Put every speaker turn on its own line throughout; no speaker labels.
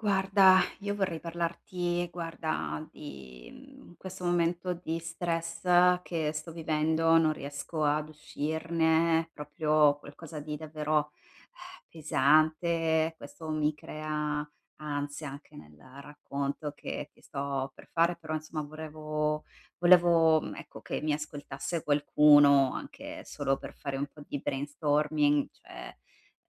Guarda, io vorrei parlarti, guarda, di questo momento di stress che sto vivendo, non riesco ad uscirne, proprio qualcosa di davvero pesante. Questo mi crea ansia anche nel racconto che ti sto per fare, però insomma volevo, ecco, che mi ascoltasse qualcuno, anche solo per fare un po' di brainstorming, cioè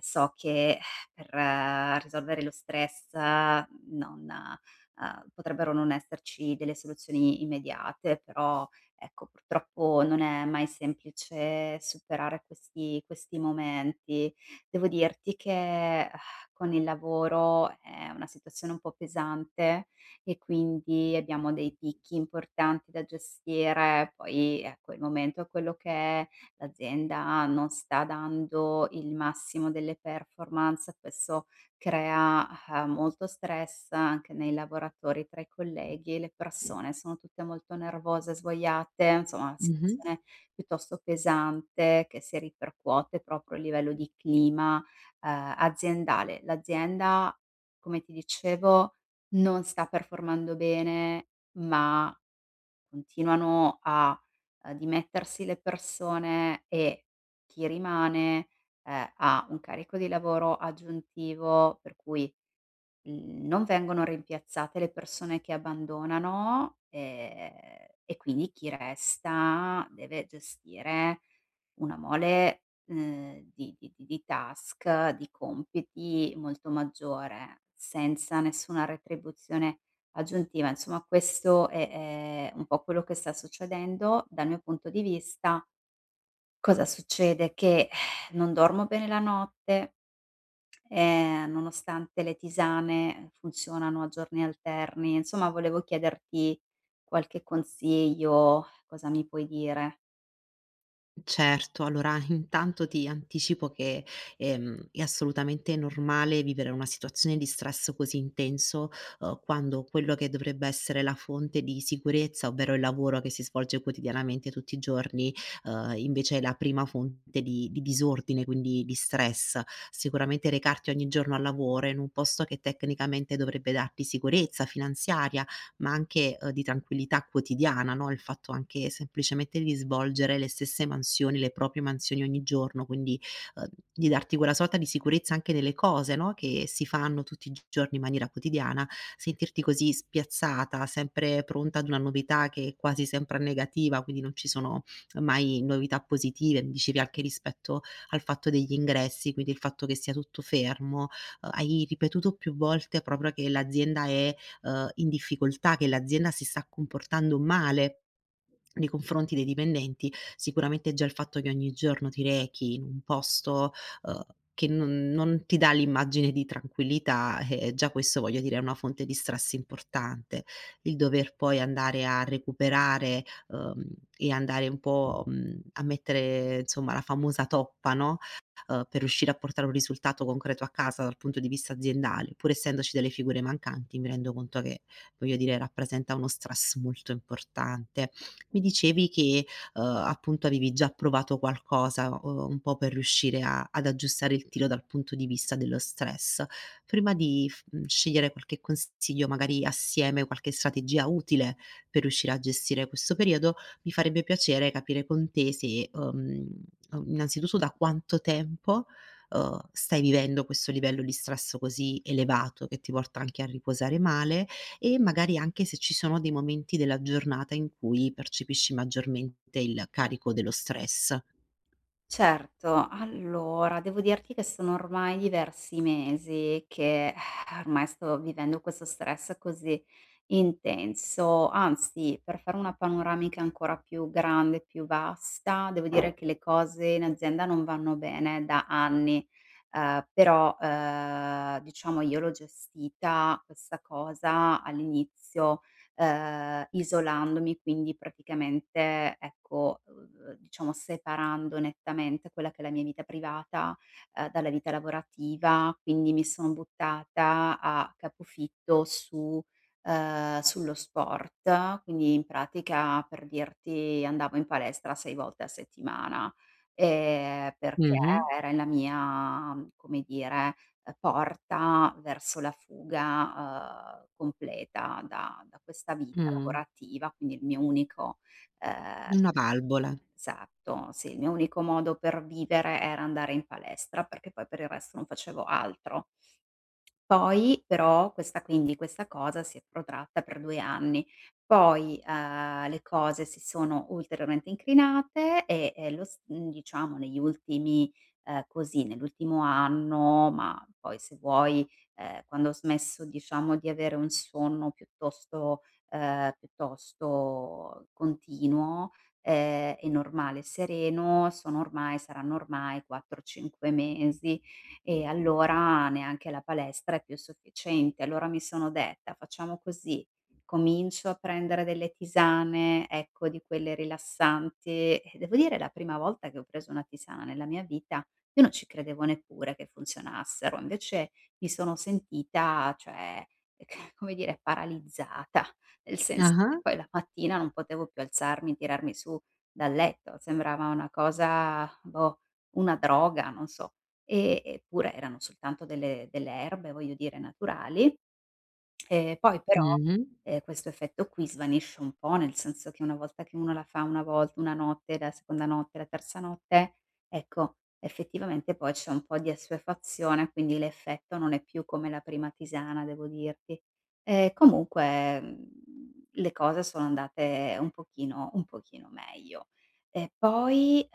so che per risolvere lo stress, non potrebbero non esserci delle soluzioni immediate, però ecco, purtroppo non è mai semplice superare questi momenti. Devo dirti che con il lavoro è una situazione un po' pesante e quindi abbiamo dei picchi importanti da gestire, poi ecco, il momento è quello che è. L'azienda non sta dando il massimo delle performance, questo crea, molto stress anche nei lavoratori, tra i colleghi, e le persone sono tutte molto nervose, svogliate, insomma una
Mh-mh.
situazione piuttosto pesante che si ripercuote proprio a livello di clima, aziendale. L'azienda, come ti dicevo, non sta performando bene, ma continuano a, dimettersi le persone, e chi rimane, ha un carico di lavoro aggiuntivo, per cui non vengono rimpiazzate le persone che abbandonano, e quindi chi resta deve gestire una mole, di task, di compiti molto maggiore, senza nessuna retribuzione aggiuntiva. Insomma, questo è un po' quello che sta succedendo dal mio punto di vista. Cosa succede? Che non dormo bene la notte, nonostante le tisane funzionano a giorni alterni. Insomma, volevo chiederti qualche consiglio, cosa mi puoi dire?
Certo, allora intanto ti anticipo che, è assolutamente normale vivere una situazione di stress così intenso, quando quello che dovrebbe essere la fonte di sicurezza, ovvero il lavoro che si svolge quotidianamente tutti i giorni, invece è la prima fonte di disordine, quindi di stress. Sicuramente recarti ogni giorno al lavoro in un posto che tecnicamente dovrebbe darti sicurezza finanziaria, ma anche, di tranquillità quotidiana, no, il fatto anche semplicemente di svolgere le stesse mansioni, le proprie mansioni ogni giorno, quindi, uhm, di darti quella sorta di sicurezza anche nelle cose, no, che si fanno tutti i giorni in maniera quotidiana, sentirti così spiazzata, sempre pronta ad una novità che è quasi sempre negativa, quindi non ci sono mai novità positive. Mi dicevi anche rispetto al fatto degli ingressi, quindi il fatto che sia tutto fermo. Hai ripetuto più volte proprio che l'azienda è in difficoltà, che l'azienda si sta comportando male nei confronti dei dipendenti. Sicuramente già il fatto che ogni giorno ti rechi in un posto, uhm, che non ti dà l'immagine di tranquillità, già questo voglio dire è una fonte di stress importante. Il dover poi andare a recuperare, e andare un po', a mettere insomma la famosa toppa, no, per riuscire a portare un risultato concreto a casa dal punto di vista aziendale, pur essendoci delle figure mancanti, mi rendo conto che, voglio dire, rappresenta uno stress molto importante. Mi dicevi che, appunto avevi già provato qualcosa, un po' per riuscire a ad aggiustare il tiro dal punto di vista dello stress. Prima di scegliere qualche consiglio, magari assieme, qualche strategia utile per riuscire a gestire questo periodo, mi farebbe piacere capire con te se, innanzitutto da quanto tempo, stai vivendo questo livello di stress così elevato che ti porta anche a riposare male e magari anche se ci sono dei momenti della giornata in cui percepisci maggiormente il carico dello stress.
Certo, allora devo dirti che sono ormai diversi mesi che ormai sto vivendo questo stress così intenso, anzi per fare una panoramica ancora più grande, più vasta, devo dire che le cose in azienda non vanno bene da anni, però diciamo io l'ho gestita questa cosa all'inizio isolandomi, quindi praticamente ecco, diciamo separando nettamente quella che è la mia vita privata, dalla vita lavorativa, quindi mi son buttata a capofitto su sullo sport, quindi in pratica per dirti andavo in palestra 6 volte a settimana, perché
Mh-mh,
era la mia, come dire, porta verso la fuga, completa da questa vita
mh.
lavorativa, quindi il mio unico ehm,
Una valvola.
esatto, sì, il mio unico modo per vivere era andare in palestra, perché poi per il resto non facevo altro. Poi però questa, quindi questa cosa si è protratta per 2 anni. Poi, le cose si sono ulteriormente incrinate, e diciamo negli ultimi così, nell'ultimo anno, ma poi se vuoi, quando ho smesso diciamo di avere un sonno piuttosto piuttosto continuo, e normale e sereno, sono ormai saranno ormai 4, 5 mesi, e allora neanche la palestra è più sufficiente. Allora mi sono detta: "Facciamo così, comincio a prendere delle tisane, ecco, di quelle rilassanti", e devo dire la prima volta che ho preso una tisana nella mia vita, io non ci credevo neppure che funzionassero, invece mi sono sentita, cioè, come dire, paralizzata, nel senso che
Ah-ah.
poi la mattina non potevo più alzarmi, tirarmi su dal letto, sembrava una cosa, boh, una droga, non so. E eppure erano soltanto delle erbe, voglio dire, naturali. Poi però,
Mh-mh.
questo effetto qui svanisce un po', nel senso che una volta che uno la fa una volta, una notte, la seconda notte, la terza notte, ecco, effettivamente poi c'è un po' di assuefazione, quindi l'effetto non è più come la prima tisana, devo dirti. Comunque, le cose sono andate un pochino meglio. E poi,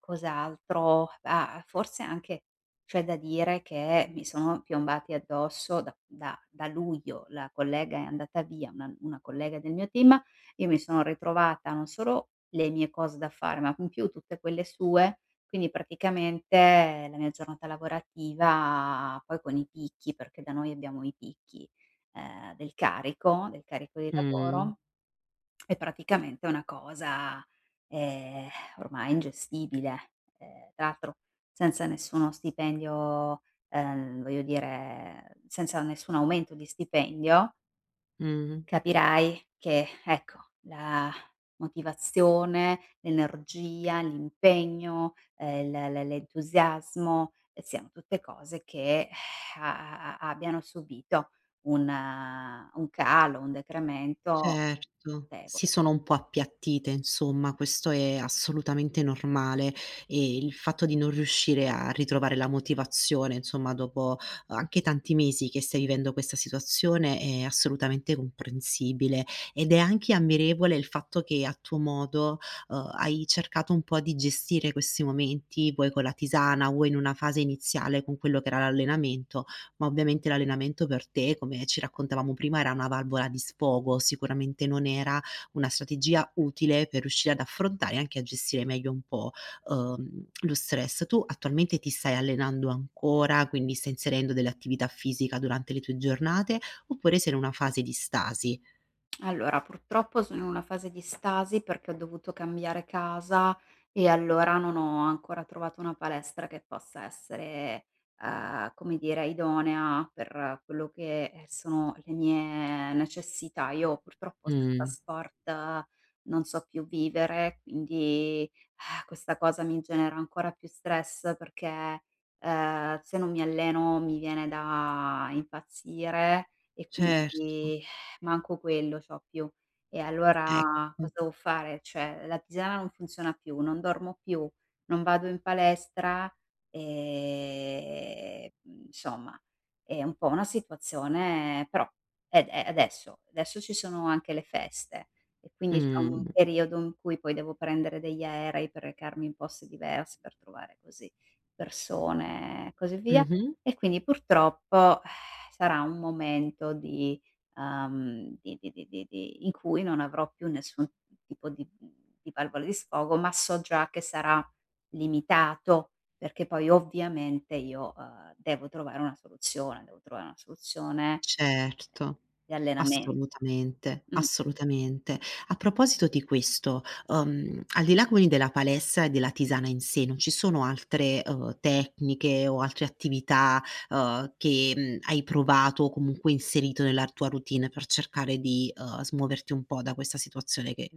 cos'altro? Ah, forse anche c'è da dire che mi sono piombati addosso da luglio, la collega è andata via, una collega del mio team, io mi sono ritrovata non solo le mie cose da fare, ma in più tutte quelle sue, quindi praticamente la mia giornata lavorativa, poi con i picchi, perché da noi abbiamo i picchi, del carico di
Mh.
lavoro, è praticamente una cosa, ehm, ormai ingestibile. Tra l'altro senza nessuno stipendio, voglio dire, senza nessun aumento di stipendio,
Mh.
capirai che, ecco, la motivazione, l'energia, l'impegno, l'entusiasmo, siano tutte cose che a a abbiano subito un calo, un decremento
Certo, si
notevole.
sono un po' appiattite insomma, questo è assolutamente normale, e il fatto di non riuscire a ritrovare la motivazione, insomma, dopo anche tanti mesi che stai vivendo questa situazione è assolutamente comprensibile, ed è anche ammirevole il fatto che a tuo modo, hai cercato un po' di gestire questi momenti, vuoi con la tisana, vuoi in una fase iniziale con quello che era l'allenamento, ma ovviamente l'allenamento per te, come ci raccontavamo prima, era una valvola di sfogo, sicuramente non era una strategia utile per riuscire ad affrontare e anche a gestire meglio un po', lo stress. Tu attualmente ti stai allenando ancora, quindi stai inserendo dell'attività fisica durante le tue giornate, oppure sei in una fase di stasi?
Allora, purtroppo sono in una fase di stasi perché ho dovuto cambiare casa, e allora non ho ancora trovato una palestra che possa essere, come dire, idonea per quello che, sono le mie necessità. Io purtroppo senza
Mh,
sport non so più vivere, quindi questa cosa mi genera ancora più stress perché, se non mi alleno mi viene da impazzire, e
certo,
quindi manco quello c'ho più. E allora
ecco.
cosa devo fare? Cioè la tisana non funziona più, non dormo più, non vado in palestra, insomma è un po' una situazione, però è adesso ci sono anche le feste, e quindi c'è un
Mh.
periodo in cui poi devo prendere degli aerei per recarmi in posti diversi, per trovare così persone e così via.
Mh-mh.
E quindi purtroppo sarà un momento di in cui non avrò più nessun tipo di valvola di sfogo, ma so già che sarà limitato, perché poi ovviamente io, devo trovare una soluzione, devo trovare una soluzione
Certo,
di allenamen
assolutamente,
mh.
assolutamente. A proposito di questo, al di là quindi della palestra e della tisana in sé, non ci sono altre, tecniche o altre attività, che, hai provato o comunque inserito nella tua routine per cercare di, smuoverti un po' da questa situazione che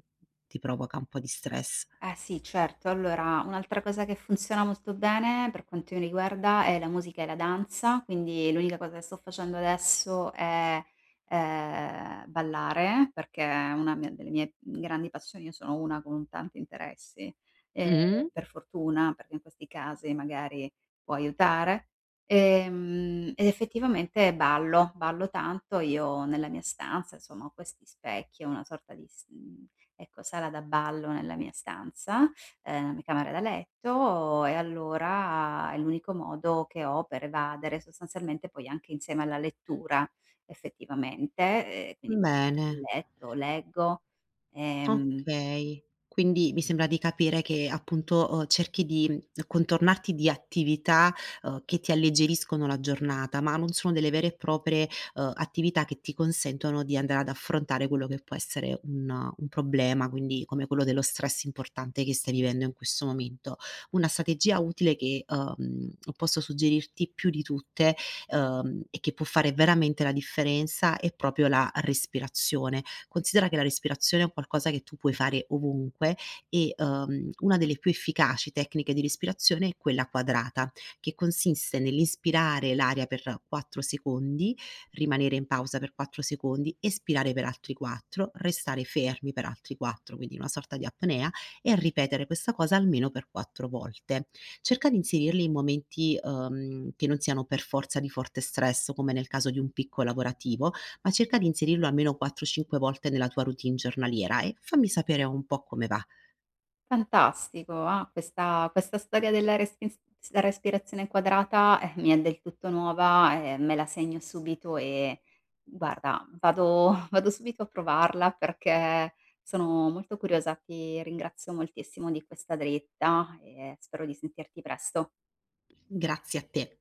ti provoca un po' di stress?
Eh sì, certo. Allora, un'altra cosa che funziona molto bene per quanto mi riguarda è la musica e la danza, quindi l'unica cosa che sto facendo adesso è, ballare, perché è una mia, delle mie grandi passioni, io sono una con tanti interessi, ehm,
Mh,
per fortuna, perché in questi casi magari può aiutare. Ed effettivamente ballo, ballo tanto. Io nella mia stanza, insomma, ho questi specchi, ho una sorta di s mhmm ecco, sala da ballo nella mia stanza, la mia camera da letto, e allora è l'unico modo che ho per evadere sostanzialmente, poi anche insieme alla lettura effettivamente, quindi
bene.
letto, leggo, ehm.
Okay. Quindi mi sembra di capire che appunto, cerchi di, contornarti di attività, che ti alleggeriscono la giornata, ma non sono delle vere e proprie, attività che ti consentono di andare ad affrontare quello che può essere un problema, quindi come quello dello stress importante che stai vivendo in questo momento. Una strategia utile che, posso suggerirti più di tutte, e che può fare veramente la differenza è proprio la respirazione. Considera che la respirazione è un qualcosa che tu puoi fare ovunque e, una delle più efficaci tecniche di respirazione è quella quadrata, che consiste nell'inspirare l'aria per 4 secondi, rimanere in pausa per 4 secondi, espirare per altri 4, restare fermi per altri 4, quindi una sorta di apnea, e ripetere questa cosa almeno per 4 volte. Cerca di inserirli in momenti, che non siano per forza di forte stress, come nel caso di un picco lavorativo, ma cerca di inserirlo almeno 4, 5 volte nella tua routine giornaliera e fammi sapere un po' come va.
Fantastico, ah, questa storia della respis s respirazione quadrata, mi è del tutto nuova, e me la segno subito, e guarda vado vado subito a provarla perché sono molto curiosa. Ti ringrazio moltissimo di questa dritta e spero di sentirti presto.
Grazie a te.